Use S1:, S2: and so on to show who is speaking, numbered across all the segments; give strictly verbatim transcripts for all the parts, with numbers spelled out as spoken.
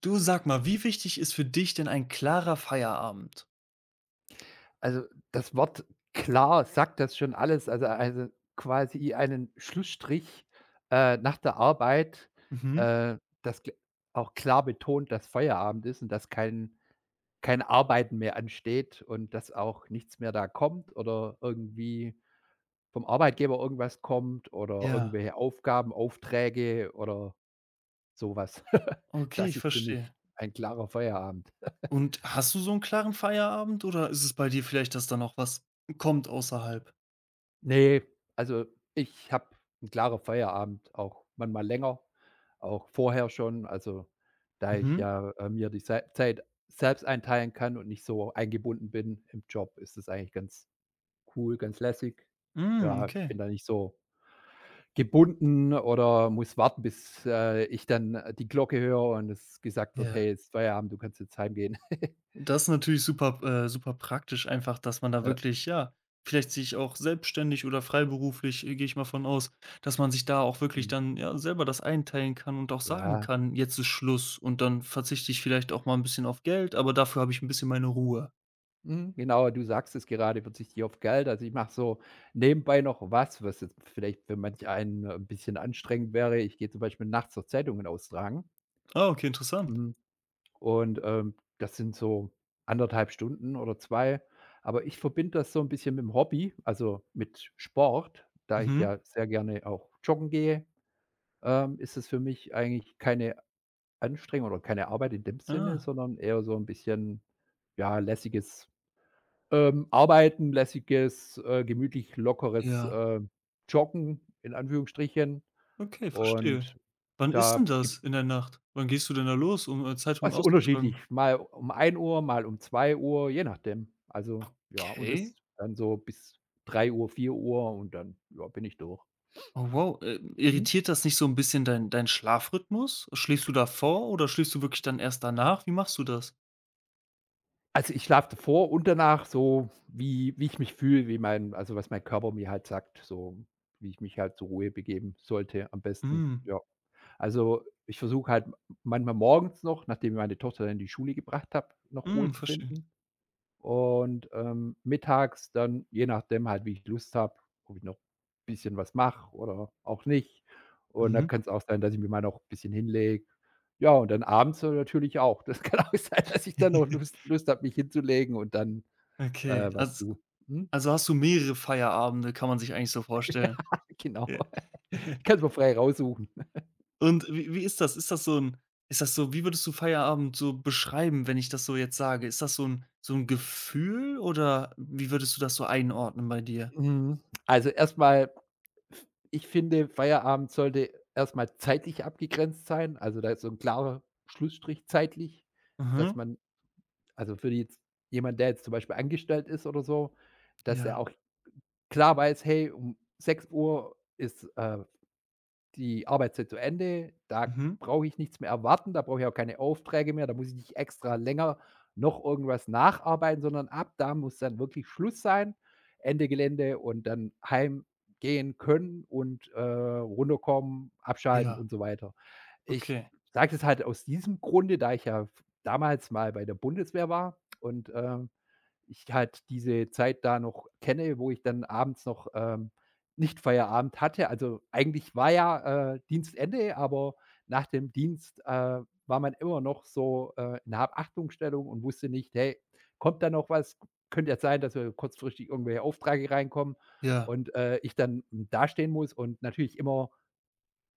S1: Du sag mal, wie wichtig ist für dich denn ein klarer Feierabend?
S2: also das Wort klar sagt das schon alles. Also, also quasi einen Schlussstrich, äh, nach der Arbeit,
S1: Mhm.
S2: äh, das gl auch klar betont, dass Feierabend ist und dass kein kein Arbeiten mehr ansteht und dass auch nichts mehr da kommt oder irgendwie vom Arbeitgeber irgendwas kommt oder
S1: Ja,
S2: irgendwelche Aufgaben, Aufträge oder sowas.
S1: okay,
S2: Das
S1: ich
S2: ist für mich
S1: verstehe.
S2: ein klarer Feierabend.
S1: Und hast du so einen klaren Feierabend oder ist es bei dir vielleicht, dass da noch was kommt außerhalb?
S2: Nee, also ich habe 'n klaren Feierabend, auch manchmal länger, auch vorher schon. Also, da ich
S1: Mhm.
S2: ja, äh, mir die Sei Zeit selbst einteilen kann und nicht so eingebunden bin im Job, ist das eigentlich ganz cool, ganz lässig.
S1: Hm,
S2: Ja, ich bin
S1: okay.
S2: da nicht so gebunden oder muss warten, bis, äh, ich dann, äh, die Glocke höre und es gesagt wird:
S1: Ja.
S2: „Hey, jetzt ist Feierabend, du kannst jetzt heimgehen."
S1: Das ist natürlich super äh, super praktisch einfach, dass man da
S2: Äh,
S1: wirklich, ja, vielleicht sich auch selbstständig oder freiberuflich, äh, gehe ich mal von aus, dass man sich da auch wirklich
S2: hm,
S1: dann, ja, selber das einteilen kann und auch sagen
S2: ja.
S1: kann: „Jetzt ist Schluss“, und dann verzichte ich vielleicht auch mal ein bisschen auf Geld, aber dafür habe ich ein bisschen meine Ruhe.
S2: Mhm, genau, du sagst es gerade verzichte ich auf Geld. Also, ich mache so nebenbei noch was, was jetzt vielleicht für manch einen ein bisschen anstrengend wäre. Ich gehe zum Beispiel nachts noch Zeitungen austragen,
S1: Ah, okay, interessant.
S2: mhm, und, ähm, das sind so anderthalb Stunden oder zwei. Aber ich verbinde das so ein bisschen mit dem Hobby, also mit Sport. Da ich
S1: Mhm.
S2: ja sehr gerne auch joggen gehe, ähm, ist es für mich eigentlich keine Anstrengung oder keine Arbeit in dem Sinne,
S1: Ah,
S2: sondern eher so ein bisschen, ja, lässiges ähm, Arbeiten, lässiges, äh, gemütlich lockeres,
S1: ja.
S2: äh, Joggen in Anführungsstrichen.
S1: Okay, verstehe.
S2: Und
S1: Wann ist denn
S2: da
S1: das
S2: gibt
S1: in der Nacht? Wann gehst du denn da los, um, äh, Zeitungen
S2: es unterschiedlich,
S1: auszutragen?
S2: mal um ein Uhr, mal um zwei Uhr, je nachdem. Also ja, und das
S1: Okay.
S2: dann so bis drei Uhr, vier Uhr, und dann, ja, bin ich durch.
S1: Oh wow, äh,
S2: Mhm.
S1: irritiert das nicht so ein bisschen deinen deinen Schlafrhythmus? Schläfst du davor oder schläfst du wirklich dann erst danach? Wie machst du das?
S2: Also, ich schlafe davor und danach so, wie wie ich mich fühle, wie mein also, was mein Körper mir halt sagt, so wie ich mich halt zur Ruhe begeben sollte am besten,
S1: Mhm.
S2: ja. Also, ich versuche halt manchmal morgens noch, nachdem ich meine Tochter dann in die Schule gebracht habe, noch Ruhe
S1: Mhm,
S2: zu
S1: verstehe.
S2: finden und, ähm, mittags dann, je nachdem halt, wie ich Lust habe, ob ich noch ein bisschen was mache oder auch nicht. Und dann
S1: Mhm.
S2: kann es auch sein, dass ich mir mal noch 'n bisschen hinlege. Ja, und dann abends dann natürlich auch. Das kann auch sein, dass ich dann noch Lust Lust habe, mich hinzulegen und dann,
S1: Okay,
S2: äh, was
S1: also
S2: tue. Mhm,
S1: also hast du mehrere Feierabende, kann man sich eigentlich so vorstellen.
S2: genau.
S1: Ja.
S2: Ich kann's mir frei raussuchen.
S1: Und wie wie ist das? Ist das so ein? Ist das so, wie würdest du Feierabend so beschreiben, wenn ich das so jetzt sage? Ist das so ein so ein Gefühl oder wie würdest du das so einordnen bei dir?
S2: Mhm. Also, erstmal ich finde, Feierabend sollte erstmal zeitlich abgegrenzt sein. Also, da ist so ein klarer Schlussstrich zeitlich, dass
S1: Mhm.
S2: man also, für jetzt jemand, der jetzt zum Beispiel angestellt ist oder so, dass er
S1: Ja.
S2: auch klar weiß: „Hey, um sechs Uhr ist, äh, die Arbeitszeit zu Ende, da
S1: Mhm.
S2: brauche ich nichts mehr erwarten, da brauche ich auch keine Aufträge mehr, da muss ich nicht extra länger noch irgendwas nacharbeiten, sondern ab da muss dann wirklich Schluss sein, Ende Gelände, und dann heimgehen können und, äh, runterkommen, abschalten
S1: Ja.
S2: und so weiter." Ich
S1: Okay.
S2: sage das halt aus diesem Grunde, da ich ja f damals mal bei der Bundeswehr war und, ähm ich halt diese Zeit da noch kenne, wo ich dann abends noch, ähm, nicht Feierabend hatte. Also, eigentlich war ja, äh, Dienstende, aber nach dem Dienst, äh, war man immer noch so, äh, in Habachtungsstellung und wusste nicht: „Hey, kommt da noch was? Könnte ja sein, dass wir kurzfristig irgendwelche Aufträge reinkommen
S1: Ja.
S2: und, äh, ich dann, hm, dastehen muss", und natürlich immer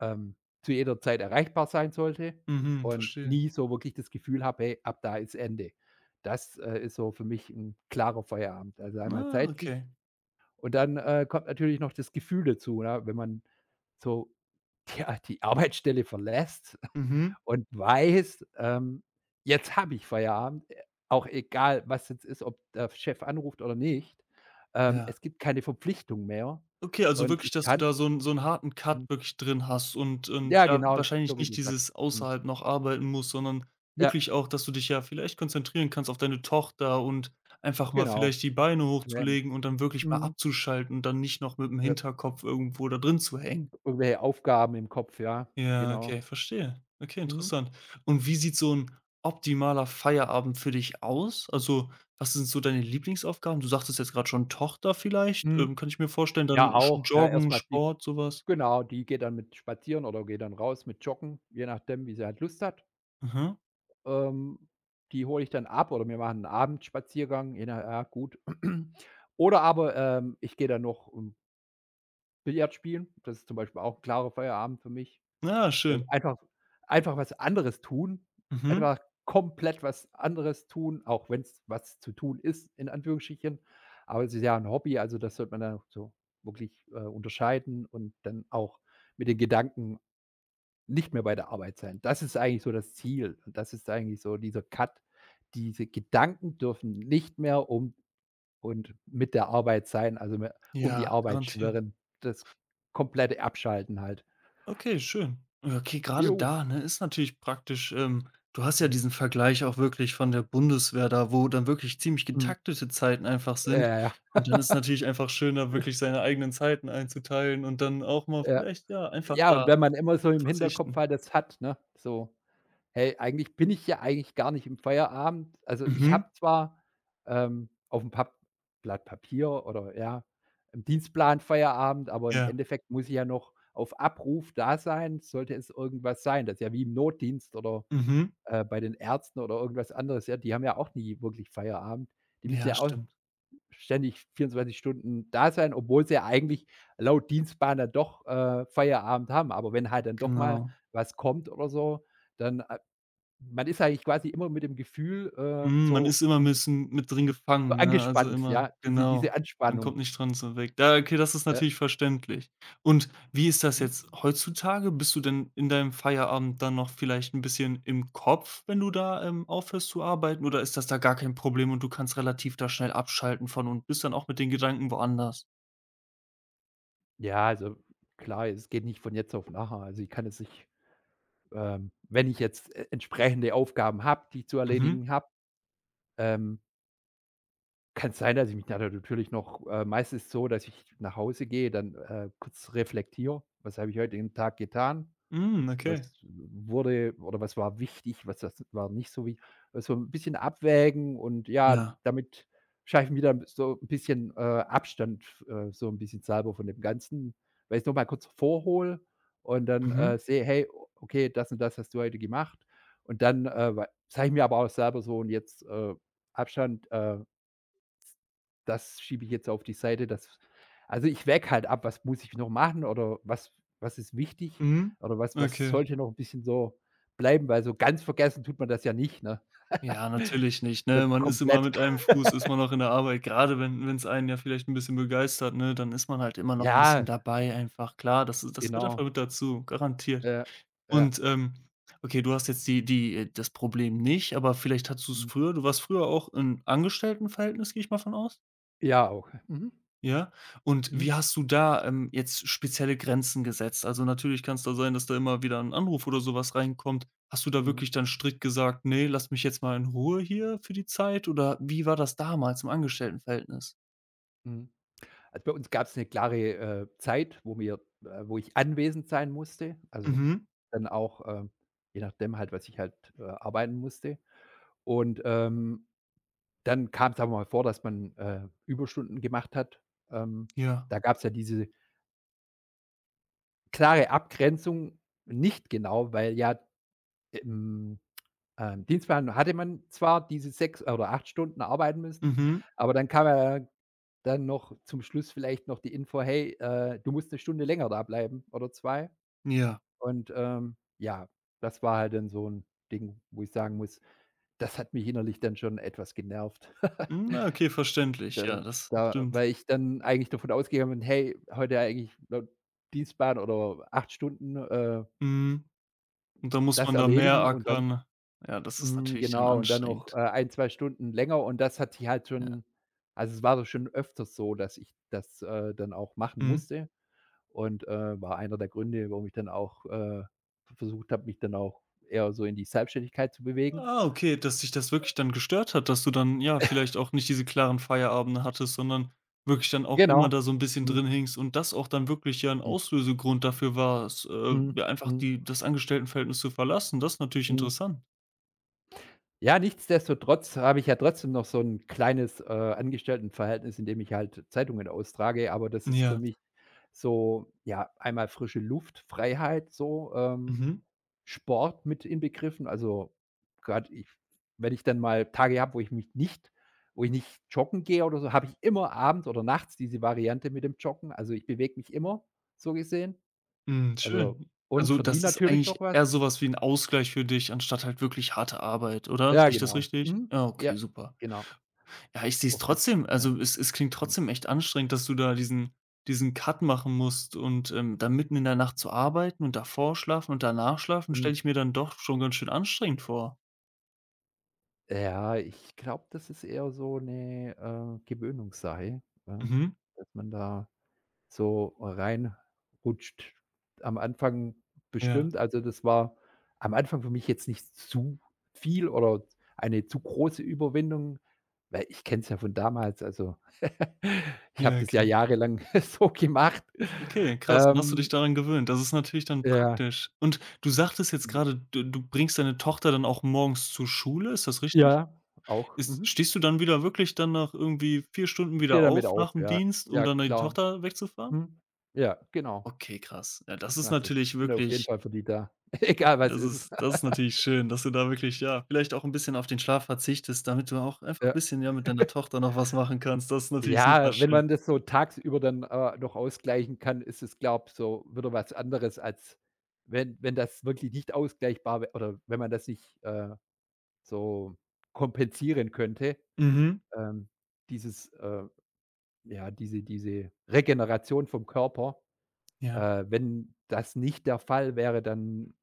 S2: ähm, zu jeder Zeit erreichbar sein sollte
S1: Mhm.
S2: und
S1: Verstehe.
S2: nie so wirklich das Gefühl habe: „Hey, ab da ist Ende." Das, äh, ist so für mich ein klarer Feierabend. Also, einmal
S1: Ah,
S2: zeitlich,
S1: okay.
S2: und dann, äh, kommt natürlich noch das Gefühl dazu, ja, wenn man so die die Arbeitsstelle verlässt
S1: Mhm.
S2: und weiß, ähm, jetzt habe ich Feierabend, äh, auch egal, was jetzt ist, ob der Chef anruft oder nicht. Ähm,
S1: Ja.
S2: es gibt keine Verpflichtung mehr,
S1: Okay, also
S2: und
S1: wirklich,
S2: ich
S1: dass du
S2: kann,
S1: da so 'n so 'n harten
S2: hm,
S1: Cut wirklich drin hast und und
S2: ja,
S1: ja,
S2: genau,
S1: wahrscheinlich
S2: so wie du
S1: nicht dieses
S2: sagst. Mhm.
S1: außerhalb noch arbeiten musst, sondern
S2: Ja.
S1: wirklich auch, dass du dich ja vielleicht konzentrieren kannst auf deine Tochter und einfach mal
S2: Genau.
S1: vielleicht die Beine
S2: Ähm,
S1: hochzulegen und dann wirklich mal
S2: mhm.
S1: abzuschalten und dann nicht noch mit'm
S2: Ja,
S1: Hinterkopf irgendwo da drin zu hängen.
S2: irgendwelche Aufgaben im Kopf, ja,
S1: Ja,
S2: genau.
S1: okay, verstehe. Okay,
S2: Mhm.
S1: interessant. Und wie sieht so 'n optimaler Feierabend für dich aus? Also, was sind so deine Lieblingsaufgaben? Du sagtest jetzt grad schon Tochter vielleicht, ähm,
S2: Mhm.
S1: kann ich mir vorstellen,
S2: Ja,
S1: dann sch
S2: auch. Ja, erst
S1: Joggen,
S2: mal die
S1: Sport, so was.
S2: genau, die geht dann mit spazieren oder geht dann raus mit Joggen, je nachdem, wie sie halt Lust hat.
S1: Mhm.
S2: Ähm, Die hole ich dann ab oder wir machen 'n Abendspaziergang, je nach ja gut. Oder aber, ähm, ich gehe dann noch, ähm, Billard spielen. Das ist zum Beispiel auch 'n klarer Feierabend für mich.
S1: Ah,
S2: Dann
S1: schön.
S2: einfach einfach was anderes tun,
S1: Mhm.
S2: einfach komplett was anderes tun, auch wenn's was zu tun ist, in Anführungsstrichen. Aber es ist ja 'n Hobby, also das sollte man dann auch so wirklich, äh, unterscheiden und dann auch mit den Gedanken nicht mehr bei der Arbeit sein. Das ist eigentlich so das Ziel und das ist eigentlich so dieser Cut. Diese Gedanken dürfen nicht mehr um und mit der Arbeit sein, also me um die
S1: Ja,
S2: Arbeit
S1: garantiert.
S2: schwirren. Das komplette Abschalten halt.
S1: Okay, schön. Okay, gerade
S2: Jo.
S1: da, ne, ist natürlich praktisch, ähm du hast ja
S2: Mhm.
S1: diesen Vergleich auch wirklich von der Bundeswehr da, wo dann wirklich ziemlich
S2: Mhm.
S1: getaktete Zeiten einfach sind.
S2: Ja, ja.
S1: Und dann ist natürlich einfach schön, da wirklich seine eigenen Zeiten einzuteilen und dann auch mal
S2: Ja.
S1: vielleicht, ja, einfach
S2: Ja, und
S1: da
S2: wenn man immer so im Hinterkopf
S1: verzichten.
S2: halt das hat, ne? So: „Hey, eigentlich bin ich ja eigentlich gar nicht im Feierabend." Also, ich
S1: Mhm,
S2: habe zwar, ähm, auf'm Pap Blatt Papier oder, ja, im Dienstplan Feierabend, aber im
S1: ja,
S2: Endeffekt muss ich ja noch auf Abruf da sein, sollte es irgendwas sein. Das ist ja wie im Notdienst oder,
S1: mhm.
S2: äh, bei den Ärzten oder irgendwas anderes, ja, die haben ja auch nie wirklich Feierabend. Die müssen
S1: Ja,
S2: ja auch
S1: stimmt,
S2: ständig vierundzwanzig Stunden da sein, obwohl sie ja eigentlich laut Dienstplan dann doch, äh, Feierabend haben. Aber wenn halt dann doch mal
S1: genau.
S2: was kommt oder so, dann, äh, man ist eigentlich quasi immer mit dem Gefühl, äh,
S1: Mhm, man
S2: so,
S1: ist immer 'n
S2: hm,
S1: bisschen mit drin
S2: so
S1: gefangen, ne? Also,
S2: angespannt,
S1: immer
S2: ja, diese
S1: genau.
S2: diese
S1: Man kommt
S2: Anspannung.
S1: nicht dran so weg. Da okay, das ist
S2: Ja.
S1: natürlich verständlich. Und wie ist das
S2: Mhm.
S1: jetzt heutzutage? Bist du denn in deinem Feierabend dann noch vielleicht 'n bisschen im Kopf, wenn du da, ähm, aufhörst zu arbeiten, oder ist das da gar kein Problem und du kannst relativ da schnell abschalten von und bist dann auch mit den Gedanken woanders?
S2: Ja, also klar, es geht nicht von jetzt auf nachher. Also, ich kann es nicht, ähm, wenn ich jetzt, äh, entsprechende Aufgaben habe, die ich zu
S1: Mhm.
S2: erledigen habe, ähm kann sein, dass ich mich da da natürlich noch, äh, meistens so, dass ich nach Hause gehe, dann, äh, kurz reflektiere: „Was habe ich heute den Tag getan?
S1: Hm,
S2: Was
S1: okay.
S2: wurde oder was war wichtig? Was, das war nicht so wie" — so ein bisschen abwägen, und ja,
S1: Ja.
S2: damit schaffe ich mir dann so ein bisschen, äh, Abstand, äh, so ein bisschen selber von dem Ganzen, weil ich noch mal kurz vorhole und dann,
S1: Mhm.
S2: äh, sehe: „Hey, okay, das und das hast du heute gemacht." Und dann, äh, sage ich mir aber auch selber so: „Und jetzt, äh, Abstand, äh“ das schiebe ich jetzt auf die Seite, das — also, ich wäge halt ab, was muss ich noch machen oder was was ist wichtig
S1: Mhm.
S2: oder was was
S1: Okay.
S2: sollte noch ein bisschen so bleiben, weil so ganz vergessen tut man das ja nicht, ne?
S1: Ja, natürlich nicht,
S2: So
S1: ne? Man ist immer
S2: komplett.
S1: mit einem Fuß ist man noch in der Arbeit. Gerade wenn wenn's einen ja vielleicht 'n bisschen begeistert, ne, dann ist man halt immer noch 'n bisschen
S2: Ja,
S1: dabei einfach. Klar, das das gehört einfach
S2: genau.
S1: mit dazu, garantiert.
S2: Ja, ja.
S1: Und, ähm, okay, du hast jetzt die die äh, das Problem nicht, aber vielleicht hattest du's
S2: Mhm.
S1: früher. Du warst früher auch im Angestelltenverhältnis, gehe ich mal von aus?
S2: Ja auch. Mhm.
S1: Ja, und wie
S2: Mhm.
S1: hast du da, ähm, jetzt spezielle Grenzen gesetzt? Also, natürlich kann's da sein, dass da immer wieder ein Anruf oder sowas reinkommt. Hast du da
S2: Mhm.
S1: wirklich dann strikt gesagt: „Ne, lass mich jetzt mal in Ruhe hier für die Zeit“, oder wie war das damals im Angestelltenverhältnis?
S2: Mhm. Also, bei uns gab es eine klare, äh, Zeit, wo mir äh, wo ich anwesend sein musste, also
S1: Mhm,
S2: dann auch, ähm, je nachdem halt, was ich halt, äh, arbeiten musste. Und, ähm dann kam es aber mal vor, dass man, äh, Überstunden gemacht hat. Ähm,
S1: ja,
S2: Da gab es ja diese klare Abgrenzung nicht, genau, weil ja im, ähm, Dienstplan hatte man zwar diese sechs oder acht Stunden arbeiten müssen,
S1: mhm,
S2: aber dann kam ja dann noch zum Schluss vielleicht noch die Info: „Hey, äh, du musst eine Stunde länger da bleiben oder zwei."
S1: ja.
S2: Und, ähm, ja, das war halt dann so ein Ding, wo ich sagen muss, das hat mich innerlich dann schon etwas genervt.
S1: Hm, na, okay, verständlich.
S2: Da
S1: Ja, das
S2: da
S1: stimmt.
S2: weil ich dann eigentlich davon ausgegangen bin: „Hey, heute eigentlich laut Dienstplan oder acht Stunden, äh,
S1: Mhm, und da muss
S2: das
S1: man da mehr
S2: erledigen", und dann,
S1: ackern. Ja, das ist
S2: mhm,
S1: natürlich dann
S2: genau, und dann noch, äh,
S1: anstrengend.
S2: eine, zwei Stunden länger, und das hat sich halt
S1: Ja.
S2: schon — also, es war doch schon öfters so, dass ich das, äh, dann auch machen
S1: Mhm.
S2: musste und, äh, war einer der Gründe, warum ich dann auch, äh, versucht habe, mich dann auch eher so in die Selbstständigkeit zu bewegen.
S1: Ah, okay, dass dich das wirklich dann gestört hat, dass du dann, ja, vielleicht auch nicht diese klaren Feierabende hattest, sondern wirklich dann auch immer
S2: Genau.
S1: da so 'n bisschen
S2: Mhm,
S1: drin hingst und das auch dann wirklich ja 'n
S2: mhm,
S1: Auslösegrund dafür war, es, äh,
S2: mhm,
S1: ja, einfach
S2: mhm,
S1: die das Angestelltenverhältnis zu verlassen. Das ist natürlich
S2: mhm.
S1: interessant.
S2: Ja, nichtsdestotrotz habe ich ja trotzdem noch so ein kleines, äh, Angestelltenverhältnis, in dem ich halt Zeitungen austrage, aber das ist für
S1: Ja.
S2: mich so, ja, einmal frische Luft, Freiheit so, ähm,
S1: Mhm.
S2: Sport mit inbegriffen. Also, gerade ich wenn ich dann mal Tage habe, wo ich mich nicht wo ich nicht joggen gehe oder so, habe ich immer abends oder nachts diese Variante mit dem Joggen. Also, ich bewege mich immer, so gesehen.
S1: Mhm,
S2: Also,
S1: schön.
S2: und
S1: Also,
S2: verdiene
S1: das ist
S2: natürlich
S1: eigentlich
S2: noch
S1: eher
S2: was.
S1: so was wie 'n Ausgleich für dich anstatt halt wirklich harte Arbeit, oder?
S2: Ja,
S1: Sehe ich das
S2: genau.
S1: richtig?
S2: Mhm.
S1: Ja,
S2: Ja,
S1: okay, super.
S2: genau.
S1: Ja, ich sehe es
S2: Auf den
S1: trotzdem
S2: Füßen sein.
S1: also, es es klingt
S2: Mhm.
S1: trotzdem echt anstrengend, dass du da diesen diesen Cut machen musst und, ähm, dann mitten in der Nacht zu arbeiten und davor schlafen und danach schlafen,
S2: Hm,
S1: stelle ich mir dann doch schon ganz schön anstrengend vor.
S2: ja, ich glaube, das ist eher so 'ne, äh, Gewöhnungssache, ja,
S1: Mhm.
S2: dass man da so reinrutscht. Am Anfang
S1: Ja.
S2: bestimmt also, das war am Anfang für mich jetzt nicht zu viel oder eine zu große Überwindung, weil ich kenne es ja von damals, also, ich habe
S1: Ja,
S2: das ja
S1: okay.
S2: jahrelang so gemacht.
S1: Okay, krass, dann hast du dich
S2: Ähm,
S1: daran gewöhnt. Das ist natürlich dann
S2: ja,
S1: praktisch. Und du sagtest jetzt gerade, du du bringst deine Tochter dann auch morgens zur Schule, ist das richtig?
S2: ja, auch,
S1: Ist
S2: mhm.
S1: stehst du dann wieder wirklich dann nach irgendwie vier Stunden
S2: Ich stehe
S1: wieder
S2: damit
S1: auf
S2: auf,
S1: nach dem
S2: ja.
S1: Dienst, um
S2: Ja,
S1: dann die
S2: klar.
S1: Tochter wegzufahren?
S2: Mhm. Ja, genau.
S1: Okay, krass. Ja, das
S2: Ich
S1: ist
S2: mache das.
S1: natürlich
S2: Ich bin auf jeden
S1: wirklich
S2: Fall für die da. Egal was
S1: Das
S2: ist.
S1: ist das ist natürlich schön, dass du da wirklich, ja, vielleicht auch ein bisschen auf den Schlaf verzichtest, damit du auch einfach ein
S2: Ja.
S1: bisschen, ja, mit deiner Tochter noch was machen kannst. Das ist natürlich super
S2: Ja, wenn
S1: schön.
S2: man das so tagsüber dann, äh, noch ausgleichen kann, ist es, glaube ich, so wieder was anderes, als wenn wenn das wirklich nicht ausgleichbar wä oder wenn man das nicht, äh, so kompensieren könnte,
S1: Mhm.
S2: ähm, dieses, äh ja, diese diese Regeneration vom Körper.
S1: Ja,
S2: Äh, wenn das nicht der Fall wäre, dann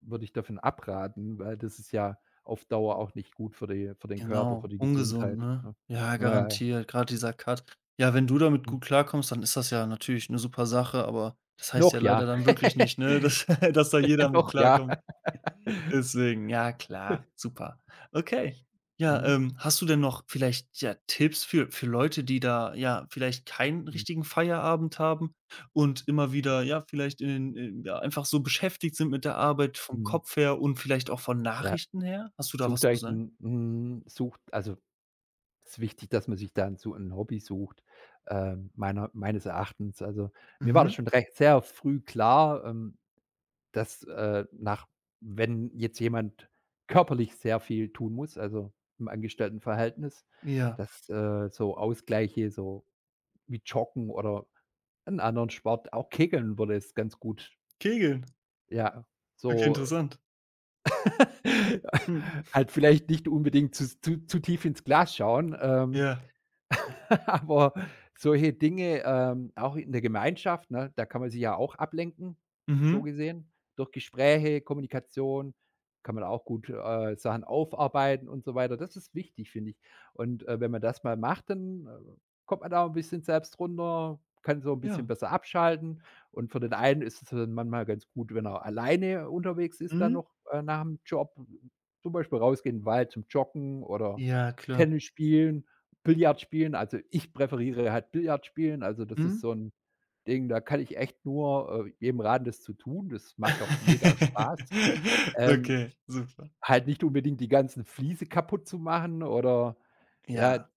S2: würde ich davon abraten, weil das ist ja auf Dauer auch nicht gut für die für den Körper, für
S1: genau.
S2: die
S1: Ungesund,
S2: Gesundheit,
S1: ne?
S2: ne?
S1: Ja,
S2: Ja, ja, ja.
S1: garantiert, gerade dieser Cut. Ja, wenn du damit
S2: Hm.
S1: gut klarkommst, dann ist das ja natürlich eine super Sache, aber das heißt
S2: Noch
S1: ja
S2: ja.
S1: leider dann wirklich nicht, ne, dass dass da jeder mit
S2: Noch ja.
S1: klarkommt. Deswegen, ja klar, super. Okay. Ja,
S2: Mhm.
S1: ähm, hast du denn noch vielleicht, ja, Tipps für für Leute, die da, ja, vielleicht keinen
S2: Mhm.
S1: richtigen Feierabend haben und immer wieder, ja, vielleicht in den in ja, einfach so beschäftigt sind mit der Arbeit vom
S2: Mhm.
S1: Kopf her und vielleicht auch von
S2: Ja,
S1: Nachrichten her? Hast du da was
S2: sucht
S1: zu
S2: euch
S1: sagen?
S2: 'n mhm, sucht also, ist wichtig, dass man sich dann so 'n Hobby sucht, ähm, meiner meines Erachtens. Also, mir war das
S1: Mhm.
S2: schon recht sehr früh klar, ähm dass äh, nach wenn jetzt jemand körperlich sehr viel tun muss, also im Angestelltenverhältnis,
S1: Ja.
S2: dass, äh, so Ausgleiche, so wie Joggen oder einen anderen Sport, auch Kegeln würde es ganz gut,
S1: Kegeln.
S2: ja,
S1: Okay,
S2: so.
S1: interessant. Hm.
S2: Halt vielleicht nicht unbedingt zu zu zu tief ins Glas schauen, ähm,
S1: Ja.
S2: aber solche Dinge, ähm, auch in der Gemeinschaft, ne, da kann man sich ja auch ablenken, so
S1: Mhm.
S2: gesehen. Durch Gespräche, Kommunikation kann man auch gut, äh, Sachen aufarbeiten und so weiter. Das ist wichtig, finde ich. Und, äh, wenn man das mal macht, dann, äh, kommt man da auch 'n bisschen selbst runter, kann so ein bisschen
S1: Ja.
S2: besser abschalten. Und für den einen ist es dann manchmal ganz gut, wenn er alleine unterwegs ist, dann
S1: Mhm.
S2: noch, äh, nach dem Job, zum Beispiel rausgehen in 'n Wald zum Joggen oder
S1: Ja, klar.
S2: Tennis spielen. Billard spielen, also ich präferiere halt Billard spielen. Also, das ist
S1: Mhm.
S2: so 'n Ding, da kann ich echt nur, äh, jedem raten, das zu tun. Das macht auch mega Spaß. Ähm,
S1: Okay, super.
S2: halt nicht unbedingt die ganzen Fliese kaputt zu machen oder, ja,
S1: Ja.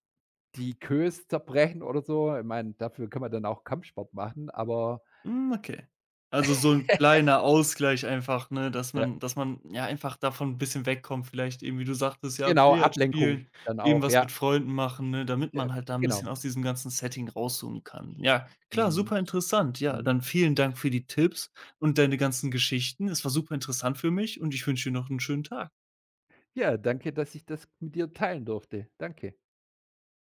S2: die Queues zerbrechen oder so. Ich meine, dafür kann man dann auch Kampfsport machen, aber
S1: Hm, okay. Also, so 'n kleiner Ausgleich einfach, ne, dass
S2: ja,
S1: man dass man, ja, einfach davon 'n bisschen wegkommt, vielleicht eben, wie du sagtest, ja,
S2: genau,
S1: Billard
S2: Ablenkung
S1: spielen,
S2: dann
S1: eben
S2: auch,
S1: was
S2: ja,
S1: mit Freunden machen, ne, damit
S2: ja,
S1: man halt da 'n bisschen
S2: genau.
S1: aus diesem ganzen Setting rauszoomen kann. Ja, klar,
S2: Mhm,
S1: super interessant. Ja,
S2: mhm.
S1: dann vielen Dank für die Tipps und deine ganzen Geschichten. Es war super interessant für mich und ich wünsche dir noch 'n schönen Tag.
S2: Ja, danke, dass ich das mit dir teilen durfte. Danke.